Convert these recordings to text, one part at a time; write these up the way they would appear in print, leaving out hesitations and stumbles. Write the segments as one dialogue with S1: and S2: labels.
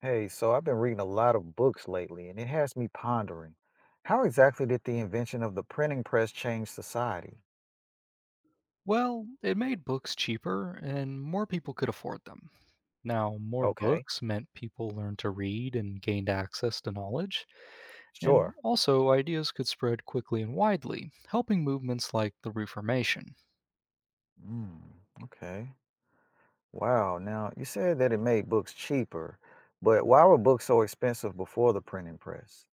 S1: Hey, so I've been reading a lot of books lately, and it has me pondering. How exactly did the invention of the printing press change society?
S2: Well, it made books cheaper and more people could afford them. Now, more
S1: Okay,
S2: books meant people learned to read and gained access to knowledge, and
S1: sure.
S2: also ideas could spread quickly and widely, helping movements like the Reformation.
S1: Mm, okay. Wow. Now, you said that it made books cheaper, but why were books so expensive before the printing press?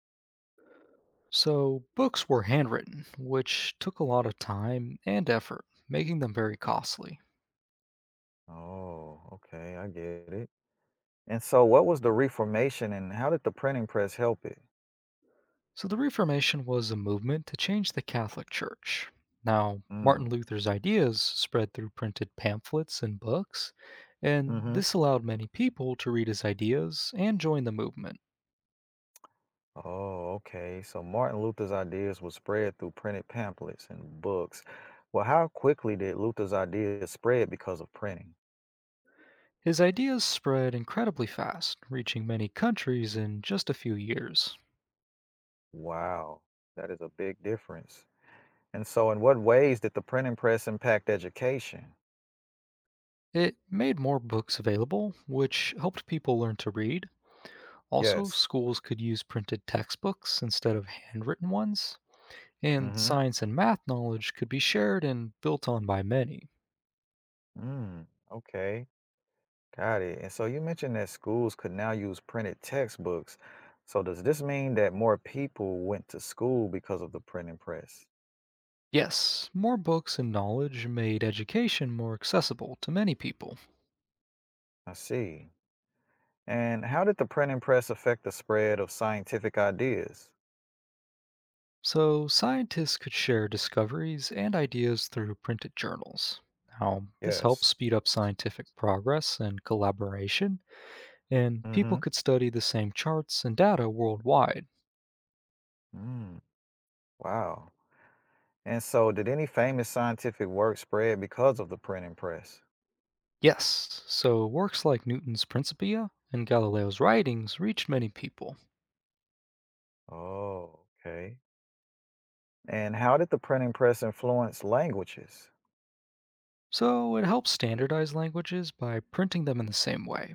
S2: So, books were handwritten, which took a lot of time and effort, making them very costly.
S1: Oh, okay, I get it. And so, what was the Reformation and how did the printing press help it?
S2: So the Reformation was a movement to change the Catholic Church. Now,
S1: Mm,
S2: Martin Luther's ideas spread through printed pamphlets and books, and
S1: mm-hmm.
S2: this allowed many people to read his ideas and join the movement.
S1: Oh, okay. So Martin Luther's ideas were spread through printed pamphlets and books. Well, how quickly did Luther's ideas spread because of printing?
S2: His ideas spread incredibly fast, reaching many countries in just a few years.
S1: Wow, that is a big difference. And so, in what ways did the printing press impact education?
S2: It made more books available, which helped people learn to read. Also,
S1: Yes.
S2: schools could use printed textbooks instead of handwritten ones, and
S1: Mm-hmm.
S2: science and math knowledge could be shared and built on by many.
S1: Mm, okay, got it. And so you mentioned that schools could now use printed textbooks. So does this mean that more people went to school because of the printing press?
S2: Yes, more books and knowledge made education more accessible to many people,
S1: I see. And how did the printing press affect the spread of scientific ideas?
S2: so scientists could share discoveries and ideas through printed journals. Now, this helps
S1: Yes.
S2: speed up scientific progress and collaboration, and people
S1: Hmm.
S2: could study the same charts and data worldwide.
S1: Mm, wow. And so, did any famous scientific work spread because of the printing press?
S2: Yes, so works like Newton's Principia and Galileo's writings reached many people.
S1: Oh, okay. And how did the printing press influence languages?
S2: So it helps standardize languages by printing them in the same way.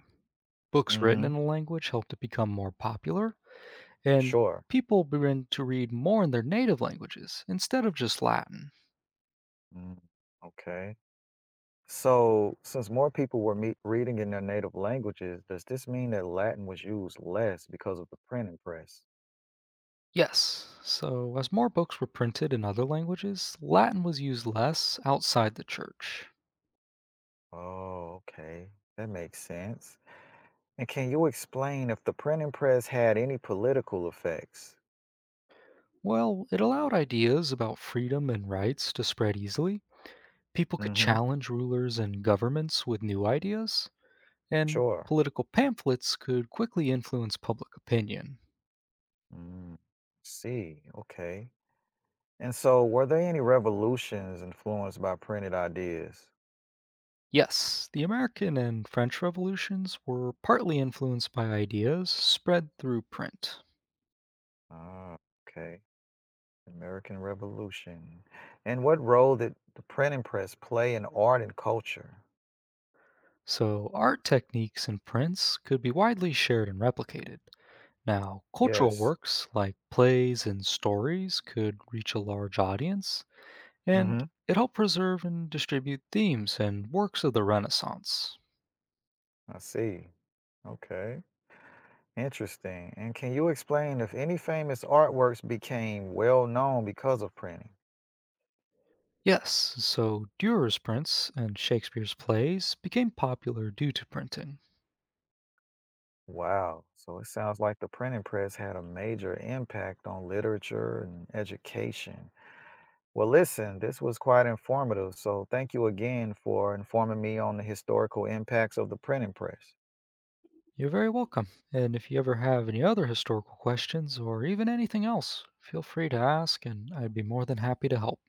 S2: Books written in
S1: Hmm.
S2: a language helped it become more popular, and
S1: Sure.
S2: people begin to read more in their native languages instead of just Latin.
S1: Mm, okay. So, since more people were meet reading in their native languages, does this mean that Latin was used less because of the printing press?
S2: Yes, so as more books were printed in other languages, Latin was used less outside the church.
S1: Oh, okay. That makes sense. And can you explain if the printing press had any political effects?
S2: Well, it allowed ideas about freedom and rights to spread easily. People could
S1: Mm-hmm.
S2: challenge rulers and governments with new ideas, and
S1: Sure.
S2: political pamphlets could quickly influence public opinion.
S1: Mm. See, okay. And so, were there any revolutions influenced by printed ideas?
S2: Yes, the American and French revolutions were partly influenced by ideas spread through print.
S1: Ah, okay. American Revolution. And what role did the printing press play in art and culture?
S2: So, art techniques and prints could be widely shared and replicated. Now, cultural
S1: Yes.
S2: works like plays and stories could reach a large audience, and
S1: Mm-hmm.
S2: it helped preserve and distribute themes and works of the Renaissance.
S1: I see. Okay. Interesting. And can you explain if any famous artworks became well known because of printing?
S2: Yes, so Dürer's prints and Shakespeare's plays became popular due to printing.
S1: Wow. So it sounds like the printing press had a major impact on literature and education. Well, listen, this was quite informative. So thank you again for informing me on the historical impacts of the printing press.
S2: You're very welcome. And if you ever have any other historical questions or even anything else, feel free to ask, and I'd be more than happy to help.